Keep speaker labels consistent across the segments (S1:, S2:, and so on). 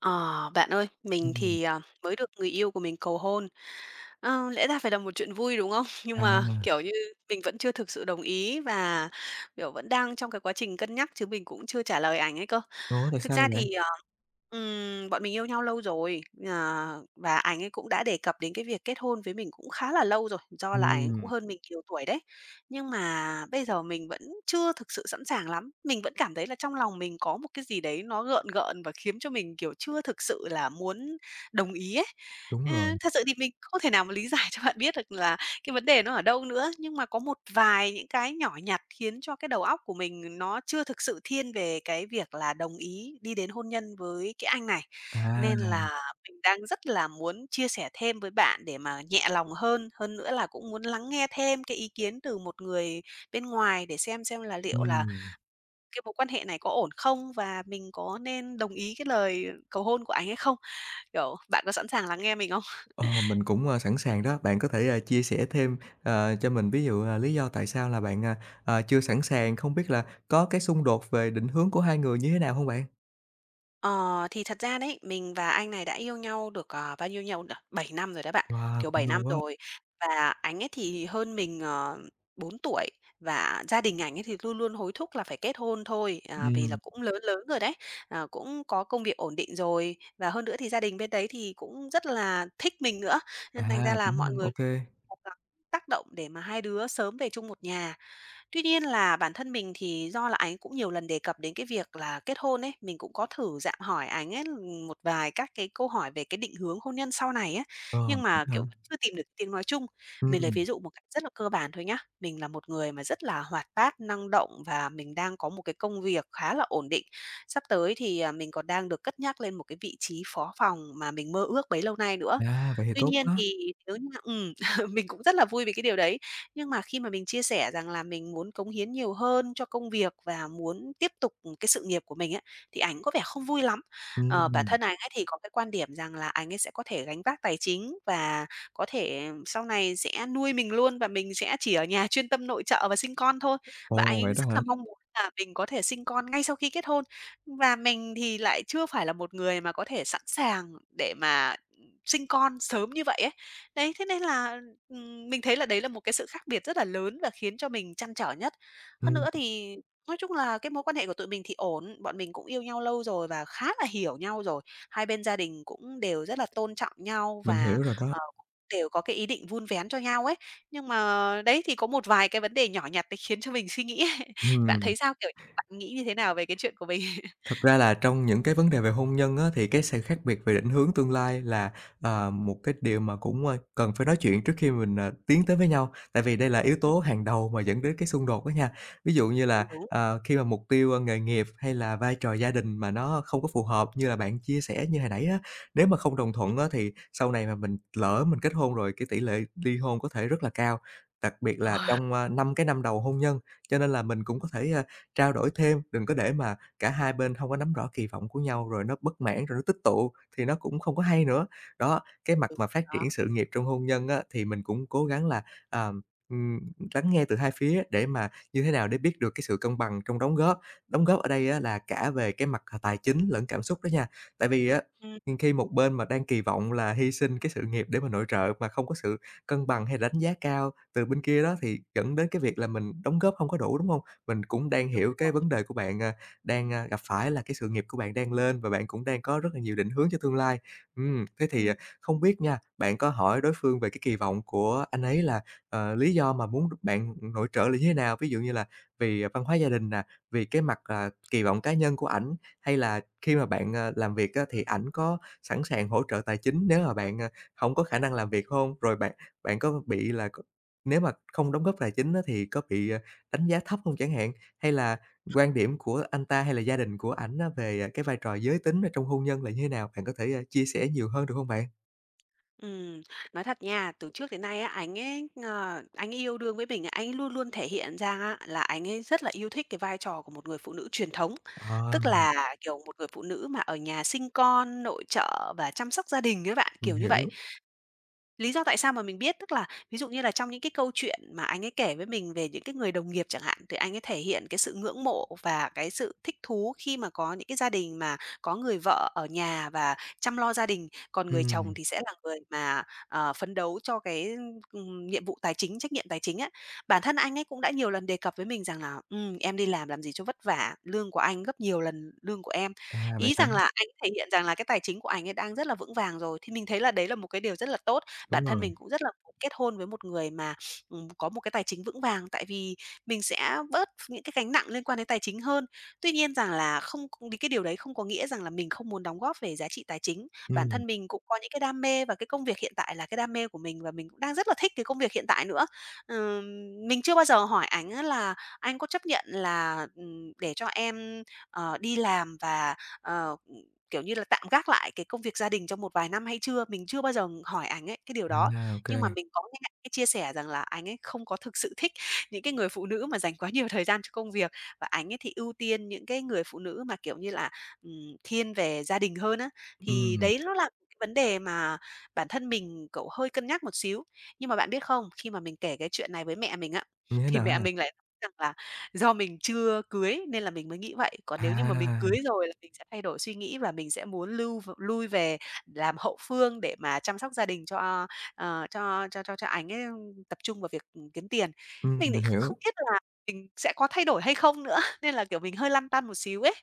S1: Ờ, bạn ơi, mình
S2: Ừm,
S1: thì, mới được người yêu của mình cầu hôn. Lẽ ra phải là một chuyện vui, đúng không? Nhưng
S2: à,
S1: mà, kiểu như, mình vẫn chưa thực sự đồng ý và, kiểu, vẫn đang trong cái quá trình cân nhắc chứ mình cũng chưa trả lời ảnh ấy cơ.
S2: ủa, tại
S1: Thực
S2: sao vậy
S1: ra
S2: bạn?
S1: thì, bọn mình yêu nhau lâu rồi, và ảnh ấy cũng đã đề cập đến cái việc kết hôn với mình cũng khá là lâu rồi, do là ảnh ấy cũng
S2: Ừm,
S1: hơn mình nhiều tuổi đấy. Nhưng mà bây giờ mình vẫn chưa thực sự sẵn sàng lắm. Mình vẫn cảm thấy là trong lòng mình có một cái gì đấy nó gợn gợn và khiến cho mình, kiểu, chưa thực sự là muốn đồng ý ấy.
S2: đúng
S1: Ơ,
S2: rồi,
S1: thật sự thì mình không thể nào mà lý giải cho bạn biết được là cái vấn đề nó ở đâu nữa, nhưng mà có một vài những cái nhỏ nhặt khiến cho cái đầu óc của mình nó chưa thực sự thiên về cái việc là đồng ý đi đến hôn nhân với cái anh này.
S2: à,
S1: Nên là mình đang rất là muốn chia sẻ thêm với bạn để mà nhẹ lòng hơn, hơn nữa là cũng muốn lắng nghe thêm cái ý kiến từ một người bên ngoài để xem là liệu là
S2: ừm,
S1: cái mối quan hệ này có ổn không và mình có nên đồng ý cái lời cầu hôn của anh hay không? Kiểu, bạn có sẵn sàng lắng nghe mình không?
S2: ờ, Mình cũng, sẵn sàng đó. Bạn có thể, chia sẻ thêm, cho mình ví dụ, lý do tại sao là bạn, chưa sẵn sàng, không biết là có cái xung đột về định hướng của hai người như thế nào hông bạn?
S1: Ờ, thì thật ra đấy, mình và anh này đã yêu nhau được, bao nhiêu nhau nhỉ? 7 năm rồi đó bạn,
S2: Wow,
S1: kiểu, 7
S2: cũng lâu
S1: năm
S2: quá.
S1: rồi. Và anh ấy thì hơn mình, 4 tuổi và gia đình ảnh ấy thì luôn luôn hối thúc là phải kết hôn thôi, vì là
S2: ừm,
S1: cũng lớn lớn rồi đấy, cũng có công việc ổn định rồi. Và hơn nữa thì gia đình bên đấy thì cũng rất là thích mình nữa, nên thành ra là
S2: Cũng
S1: mọi
S2: ô
S1: người
S2: kê.
S1: cố gắng tác động để mà hai đứa sớm về chung một nhà. Tuy nhiên là bản thân mình thì do là anh cũng nhiều lần đề cập đến cái việc là kết hôn ấy, mình cũng có thử dạm hỏi anh ấy một vài các cái câu hỏi về cái định hướng hôn nhân sau này á,
S2: ờ,
S1: nhưng
S2: Cũng
S1: mà,
S2: hả?
S1: kiểu, vẫn chưa tìm được tiếng nói chung. Mình lấy
S2: Ừm,
S1: ví dụ một cách rất là cơ bản thôi nhá, mình là một người mà rất là hoạt bát, năng động và mình đang có một cái công việc khá là ổn định. Sắp tới thì, mình còn đang được cất nhắc lên một cái vị trí phó phòng mà mình mơ ước bấy lâu nay nữa.
S2: Vậy thì
S1: Tuy
S2: tốt
S1: nhiên
S2: quá.
S1: thì nếu như mình cũng rất là vui vì cái điều đấy. Nhưng mà khi mà mình chia sẻ rằng là mình muốn cống hiến nhiều hơn cho công việc và muốn tiếp tục cái sự nghiệp của mình ấy, thì ảnh có vẻ không vui lắm. Bản
S2: ừm,
S1: thân ảnh ấy thì có cái quan điểm rằng là ảnh ấy sẽ có thể gánh vác tài chính và có thể sau này sẽ nuôi mình luôn và mình sẽ chỉ ở nhà chuyên tâm nội trợ và sinh con thôi. Và anh
S2: Ồ, vậy
S1: ấy
S2: đó
S1: rất
S2: hả?
S1: là mong muốn là mình có thể sinh con ngay sau khi kết hôn. Và mình thì lại chưa phải là một người mà có thể sẵn sàng để mà sinh con sớm như vậy ấy. Đấy, thế nên là, mình thấy là đấy là một cái sự khác biệt rất là lớn và khiến cho mình trăn trở nhất. Hơn
S2: Ừm,
S1: nữa thì nói chung là cái mối quan hệ của tụi mình thì ổn, bọn mình cũng yêu nhau lâu rồi và khá là hiểu nhau rồi. Hai bên gia đình cũng đều rất là tôn trọng nhau
S2: mình
S1: và,
S2: hiểu rồi đó.
S1: cũng đều có cái ý định vun vén cho nhau ấy. Nhưng mà đấy, thì có một vài cái vấn đề nhỏ nhặt đấy khiến cho mình suy nghĩ ấy. Bạn
S2: Ừm.
S1: thấy sao? Kiểu như, bạn nghĩ như thế nào về cái chuyện của mình?
S2: Thật ra là trong những cái vấn đề về hôn nhân á, thì cái sự khác biệt về định hướng tương lai là, một cái điều mà cũng, cần phải nói chuyện trước khi mình, tiến tới với nhau. Tại vì đây là yếu
S1: Ừm,
S2: tố hàng đầu mà dẫn đến cái xung đột đó nha. Ví dụ như là,
S1: đúng, đúng.
S2: khi mà mục tiêu, nghề nghiệp hay là vai trò gia đình mà nó không có phù hợp như là bạn chia sẻ như hồi nãy á, nếu mà không đồng thuận
S1: Ừm,
S2: á, thì sau này mà mình lỡ mình kết hôn rồi, cái tỷ lệ ly hôn có thể rất là cao, đặc biệt là
S1: ờ,
S2: trong, 5 cái năm đầu hôn nhân. Cho nên là mình cũng có thể, trao đổi thêm, đừng có để mà cả hai bên hông có nắm rõ kỳ vọng của nhau, rồi nó bất mãn, rồi nó tích tụ thì nó cũng không có hay nữa. Đó, cái mặt
S1: đúng,
S2: mà phát
S1: đó.
S2: triển sự nghiệp trong hôn nhân á, thì mình cũng cố gắng là, à, ừm, lắng nghe từ hai phía để mà như thế nào để biết được cái sự cân bằng trong đóng góp. Đóng góp ở đây á là cả về cái mặt, tài chính lẫn cảm xúc đó nha. Tại vì á,
S1: Ừm,
S2: khi một bên mà đang kỳ vọng là hy sinh cái sự nghiệp để mà nội trợ mà không có sự cân bằng hay đánh giá cao từ bên kia đó, thì dẫn đến cái việc là
S1: ừm,
S2: mình đóng góp hông có đủ, đúng hông? Mình cũng đang
S1: đúng
S2: hiểu cái
S1: rồi.
S2: vấn đề của bạn, đang, gặp phải là cái sự nghiệp của bạn đang lên và bạn cũng đang có rất là nhiều định hướng cho tương lai. Thế thì,
S1: Ừm.
S2: không biết nha, bạn có hỏi đối phương về cái kỳ vọng của anh ấy là, lý do mà muốn bạn nội trợ là như thế nào? Ví dụ như là vì à, văn hóa gia đình nè, vì cái mặt, kỳ vọng cá nhân của ảnh, hay là khi mà bạn, làm việc á thì ảnh có sẵn sàng hỗ trợ tài chính nếu mà bạn, hổng có khả năng làm việc không? Rồi bạn bạn có
S1: Ừm,
S2: bị là c nếu mà không đóng góp tài chính á thì có bị, đánh giá thấp không chẳng hạn? Hay là quan điểm của anh ta hay là gia đình của ảnh á về, cái vai trò giới tính ở trong hôn nhân là như thế nào? Bạn có thể, chia sẻ nhiều hơn được hông bạn?
S1: ừm, nói thật nha, từ trước đến nay á, anh ấy, anh ấy yêu đương với mình, anh ấy luôn luôn thể hiện ra á là anh ấy rất là yêu thích cái vai trò của một người phụ nữ truyền thống. Tức
S2: Ờ,
S1: là, kiểu, một người phụ nữ mà ở nhà sinh con, nội trợ và chăm sóc gia đình ấy bạn,
S2: mình
S1: kiểu như vậy.
S2: hiểu.
S1: Lý do tại sao mà mình biết, tức là ví dụ như là trong những cái câu chuyện mà anh ấy kể với mình về những cái người đồng nghiệp chẳng hạn, thì anh ấy thể hiện cái sự ngưỡng mộ và cái sự thích thú khi mà có những cái gia đình mà có người vợ ở nhà và chăm lo gia đình, còn người
S2: Ừm,
S1: chồng thì sẽ là người mà, phấn đấu cho cái nhiệm vụ tài chính, trách nhiệm tài chính á. Bản thân anh ấy cũng đã nhiều lần đề cập với mình rằng là em đi làm gì cho vất vả, lương của anh gấp nhiều lần lương của em."
S2: Vậy
S1: Ý
S2: hả?
S1: rằng là anh thể hiện rằng là cái tài chính của anh ấy đang rất là vững vàng rồi, thì mình thấy là đấy là một cái điều rất là tốt bản
S2: Đúng
S1: thân
S2: rồi.
S1: mình cũng rất là muốn kết hôn với một người mà, có một cái tài chính vững vàng, tại vì mình sẽ bớt những cái gánh nặng liên quan đến tài chính hơn. Tuy nhiên rằng là không c cái điều đấy không có nghĩa rằng là mình không muốn đóng góp về giá trị tài chính. Bản
S2: Ừm,
S1: thân mình cũng có những cái đam mê và cái công việc hiện tại là cái đam mê của mình và mình cũng đang rất là thích cái công việc hiện tại nữa. Ừm, mình chưa bao giờ hỏi anh á là "Anh có chấp nhận là, để cho em, đi làm và, ờ" kiểu như là, tạm gác lại cái công việc gia đình trong một vài năm hay chưa? Mình chưa bao giờ hỏi ảnh ấy cái điều đó,
S2: Ô
S1: nhưng mà
S2: kê.
S1: mình có nghe ảnh ấy chia sẻ rằng là anh ấy không có thực sự thích những cái người phụ nữ mà dành quá nhiều thời gian cho công việc, và anh ấy thì ưu tiên những cái người phụ nữ mà, kiểu như là, thiên về gia đình hơn á. Thì
S2: Ừm,
S1: đấy nó là cái vấn đề mà bản thân mình, cậu hơi cân nhắc một xíu. Nhưng mà bạn biết không, khi mà mình kể cái chuyện này với mẹ mình á,
S2: Như thế
S1: thì
S2: nào
S1: mẹ
S2: ha?
S1: mình lại nói rằng là do mình chưa cưới nên là mình mới nghĩ vậy, còn nếu như mà mình cưới
S2: À,
S1: rồi là mình sẽ thay đổi suy nghĩ và mình sẽ muốn lưu v lui về làm hậu phương để mà chăm sóc gia đình cho, cho ảnh ấy, tập trung vào việc, kiếm tiền. Mình
S2: mình
S1: lại kh
S2: hiểu.
S1: không biết là mình sẽ có thay đổi hay không nữa, nên là, kiểu, mình hơi lăn tăn một xíu ấy.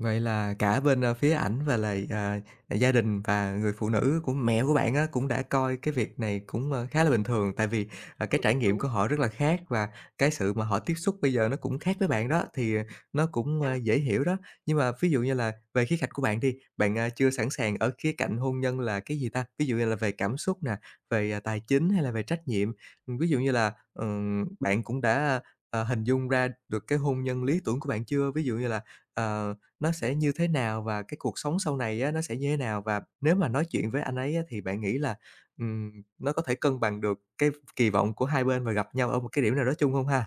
S2: Vậy là cả bên, phía ảnh và là à, gia đình và người phụ nữ của mẹ của bạn á, cũng đã coi cái việc này cũng, khá là bình thường, tại vì, cái
S1: Ừ,
S2: trải nghiệm
S1: đúng.
S2: của họ rất là khác và cái sự mà họ tiếp xúc bây giờ nó cũng khác với bạn đó, thì, nó cũng, dễ hiểu đó. Nhưng mà ví dụ như là về khía cạnh của bạn đi, bạn, chưa sẵn sàng ở khía cạnh hôn nhân là cái gì ta? Ví dụ như là về cảm xúc nè, về, tài chính hay là về trách nhiệm. Ví dụ như là, bạn cũng đã, hình dung ra được cái hôn nhân lý tưởng của bạn chưa? Ví dụ như là, ờ, nó sẽ như thế nào và cái cuộc sống sau này á, nó sẽ như thế nào? Và nếu mà nói chuyện với anh ấy á, thì bạn nghĩ là, nó có thể cân bằng được cái kỳ vọng của hai bên và gặp nhau ở một cái điểm nào đó chung không ha?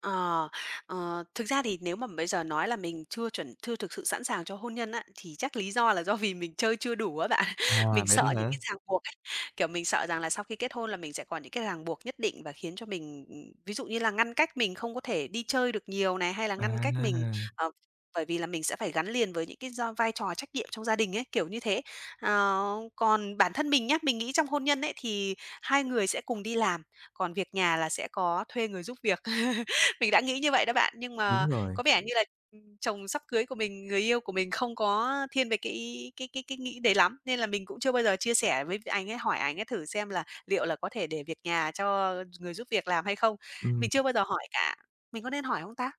S1: Ờ, thực ra thì nếu mà bây giờ nói là mình chưa chuẩn chưa thực sự sẵn sàng cho hôn nhân á, thì chắc lý do là do vì mình chơi chưa đủ á bạn.
S2: À,
S1: Mình
S2: Vậy
S1: sợ
S2: đó
S1: những
S2: hả?
S1: cái ràng buộc ấy, kiểu, mình sợ rằng là sau khi kết hôn là mình sẽ còn những cái ràng buộc nhất định và khiến cho mình, ví dụ như là ngăn cách mình không có thể đi chơi được nhiều này, hay là ngăn cách mình,
S2: À,
S1: ờ, bởi vì là mình sẽ phải gắn liền với những cái do vai trò trách nhiệm trong gia đình ấy, kiểu như thế. Ờ, còn bản thân mình nhá, mình nghĩ trong hôn nhân ấy thì hai người sẽ cùng đi làm, còn việc nhà là sẽ có thuê người giúp việc. Mình đã nghĩ như vậy đó bạn, nhưng mà
S2: đúng rồi,
S1: có vẻ như là, chồng sắp cưới của mình, người yêu của mình không có thiên về cái nghĩ đấy lắm, nên là mình cũng chưa bao giờ chia sẻ với anh ấy, hỏi anh ấy thử xem là liệu là có thể để việc nhà cho người giúp việc làm hay không.
S2: ừm.
S1: Mình chưa bao giờ hỏi cả, mình có nên hỏi không ta?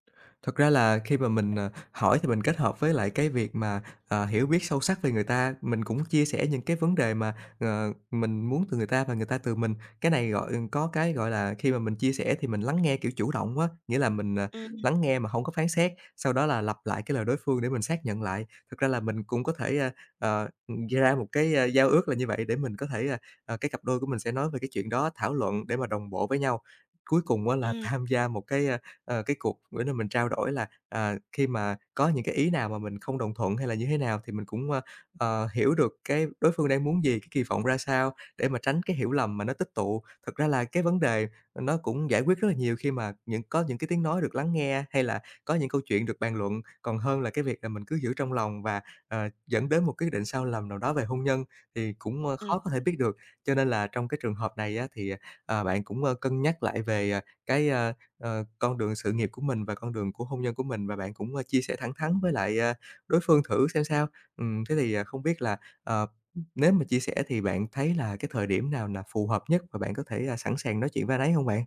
S2: Thật ra là khi mà mình, hỏi thì mình kết hợp với lại cái việc mà, hiểu biết sâu sắc về người ta, mình cũng chia sẻ những cái vấn đề mà, mình muốn từ người ta và người ta từ mình. Cái này gọi có cái, gọi là, khi mà mình chia sẻ thì mình lắng nghe, kiểu, chủ động quá nghĩa là mình,
S1: Ừm,
S2: lắng nghe mà không có phán xét, sau đó là lặp lại cái lời đối phương để mình xác nhận lại. Thực ra là mình cũng có thể, ờ, ra một cái, giao ước là như vậy để mình có thể, cái cặp đôi của mình sẽ nói về cái chuyện đó, thảo luận để mà đồng bộ với nhau. Cuối cùng á là
S1: ừm,
S2: tham gia một cái, cái cuộc bữa nào mình trao đổi là, khi mà có những cái ý nào mà mình không đồng thuận hay là như thế nào thì mình cũng, hiểu được cái đối phương đang muốn gì, cái kỳ vọng ra sao để mà tránh cái hiểu lầm mà nó tích tụ. Thực ra là cái vấn đề nó cũng giải quyết rất là nhiều khi mà những có những cái tiếng nói được lắng nghe, hay là có những câu chuyện được bàn luận, còn hơn là cái việc là mình cứ giữ trong lòng và, dẫn đến một quyết định sai lầm nào đó về hôn nhân thì cũng, khó
S1: ừm.
S2: có thể biết được. Cho nên là trong cái trường hợp này á thì, bạn cũng, cân nhắc lại về, cái, con đường sự nghiệp của mình và con đường của hôn nhân của mình và bạn cũng, chia sẻ thẳng thắn với lại, đối phương thử xem sao. Thế thì, không biết là, ờ, nếu mà chia sẻ thì bạn thấy là cái thời điểm nào là phù hợp nhất và bạn có thể, sẵn sàng nói chuyện với anh ấy không bạn?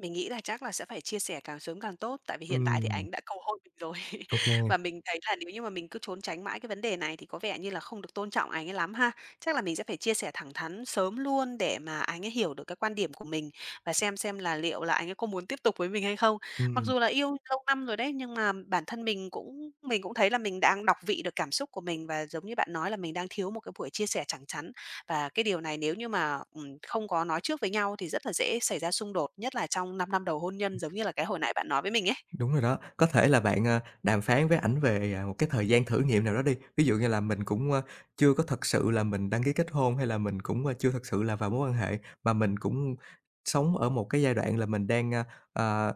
S1: Mình nghĩ là chắc là sẽ phải chia sẻ càng sớm càng tốt, tại vì hiện tại thì
S2: Ừm,
S1: ảnh đã cầu hôn mình rồi.
S2: ô
S1: Và mình thấy là nếu như mà mình cứ trốn tránh mãi cái vấn đề này thì có vẻ như là không được tôn trọng ảnh ấy lắm ha. Chắc là mình sẽ phải chia sẻ thẳng thắn sớm luôn để mà ảnh ấy hiểu được cái quan điểm của mình và xem là liệu là ảnh ấy có muốn tiếp tục với mình hay không. Mặc
S2: Ừm,
S1: dù là yêu lâu năm rồi đấy, nhưng mà bản thân mình cũng thấy là mình đang đọc vị được cảm xúc của mình và giống như bạn nói là mình đang thiếu một cái buổi chia sẻ thẳng thắn và cái điều này nếu như mà, không có nói trước với nhau thì rất là dễ xảy ra xung đột, nhất là trong 5 năm đầu hôn nhân giống như là cái hồi nãy bạn nói với mình ấy.
S2: Đúng rồi đó. Có thể là bạn, đàm phán với ảnh về, một cái thời gian thử nghiệm nào đó đi. Ví dụ như là mình cũng, chưa có thật sự là mình đăng ký kết hôn hay là mình cũng, chưa thật sự là vào mối quan hệ, mà mình cũng sống ở một cái giai đoạn là mình đang, à,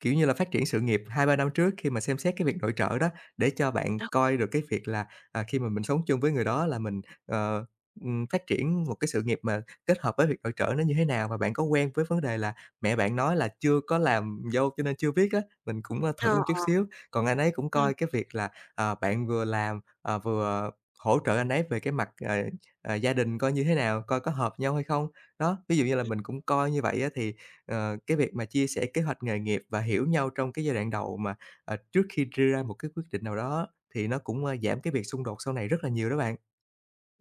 S2: kiểu như là, phát triển sự nghiệp hai ba năm trước khi mà xem xét cái việc nội trợ đó, để cho bạn
S1: Ờ.
S2: coi được cái việc là, khi mà mình sống chung với người đó là mình, phát triển một cái sự nghiệp mà kết hợp với việc nội trợ nó như thế nào. Và bạn có quen với vấn đề là mẹ bạn nói là chưa có làm dâu cho nên chưa biết á, mình cũng, thử
S1: Ờ,
S2: một chút
S1: ờ,
S2: xíu. Còn anh ấy cũng coi cái việc là, bạn vừa làm, vừa hỗ trợ anh ấy về cái mặt, gia đình coi như thế nào, coi có hợp nhau hay không. Đó, ví dụ như là mình cũng coi như vậy á thì ờ, cái việc mà chia sẻ kế hoạch nghề nghiệp và hiểu nhau trong cái giai đoạn đầu mà, trước khi đưa ra một cái quyết định nào đó thì nó cũng, giảm cái việc xung đột sau này rất là nhiều đó bạn.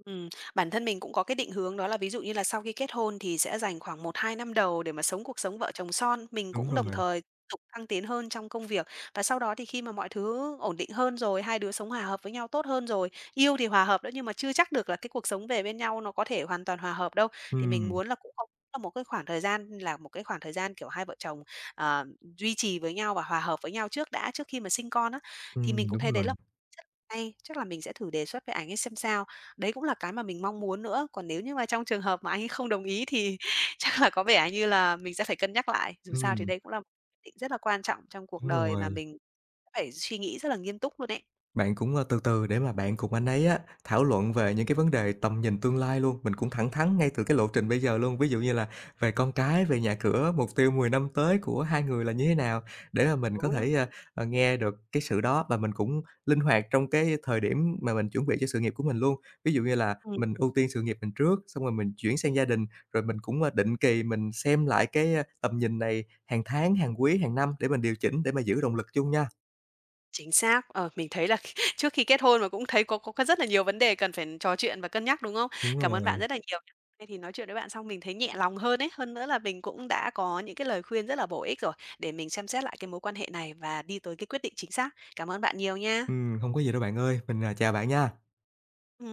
S1: ừm, bản thân mình cũng có cái định hướng đó là ví dụ như là sau khi kết hôn thì sẽ dành khoảng một hai năm đầu để mà sống cuộc sống vợ chồng son. Mình
S2: Đúng
S1: cũng đồng
S2: rồi.
S1: thời tục thăng tiến hơn trong công việc và sau đó thì khi mà mọi thứ ổn định hơn rồi, hai đứa sống hòa hợp với nhau tốt hơn rồi, yêu thì hòa hợp đó nhưng mà chưa chắc được là cái cuộc sống về bên nhau nó có thể hoàn toàn hòa hợp đâu. Thì mình
S2: Ừm,
S1: muốn là cũng có là một cái khoảng thời gian, kiểu, hai vợ chồng, ờ, duy trì với nhau và hòa hợp với nhau trước đã, trước khi mà sinh con á. Thì mình
S2: ừm,
S1: cũng
S2: đúng
S1: thấy đấy
S2: rồi,
S1: là rất hay, chắc là mình sẽ thử đề xuất với ảnh ấy xem sao. Đấy cũng là cái mà mình mong muốn nữa, còn nếu như mà trong trường hợp mà anh ấy không đồng ý thì chắc là có vẻ như là mình sẽ phải cân nhắc lại. Dù sao thì
S2: ừm,
S1: đây cũng là một quyết định rất là quan trọng trong cuộc
S2: đúng
S1: đời mà
S2: rồi.
S1: mình phải suy nghĩ rất là nghiêm túc luôn ấy.
S2: Bạn cũng, từ từ để mà bạn cùng anh ấy á, thảo luận về những cái vấn đề tầm nhìn tương lai luôn, mình cũng thẳng thắn ngay từ cái lộ trình bây giờ luôn. Ví dụ như là về con cái, về nhà cửa, mục tiêu 10 năm tới của hai người là như thế nào, để mà mình có
S1: Đúng,
S2: thể, nghe được cái sự đó và mình cũng linh hoạt trong cái thời điểm mà mình chuẩn bị cho sự nghiệp của mình luôn. Ví dụ như là
S1: ừm,
S2: mình ưu tiên sự nghiệp mình trước, xong rồi mình chuyển sang gia đình, rồi mình cũng, định kỳ mình xem lại cái, tầm nhìn này hàng tháng, hàng quý, hàng năm để mình điều chỉnh để mà giữ động lực chung nha.
S1: chính xác. Ờ, mình thấy là trước khi kết hôn mà cũng thấy có rất là nhiều vấn đề cần phải trò chuyện và cân nhắc, đúng không?
S2: Đúng
S1: Cảm ơn bạn
S2: rồi.
S1: rất là nhiều. Nay thì nói chuyện với bạn xong mình thấy nhẹ lòng hơn ấy, hơn nữa là mình cũng đã có những cái lời khuyên rất là bổ ích rồi để mình xem xét lại cái mối quan hệ này và đi tới cái quyết định chính xác. Cảm ơn bạn nhiều nha.
S2: Không có gì đâu bạn ơi, mình, chào bạn nha.
S1: Ừm.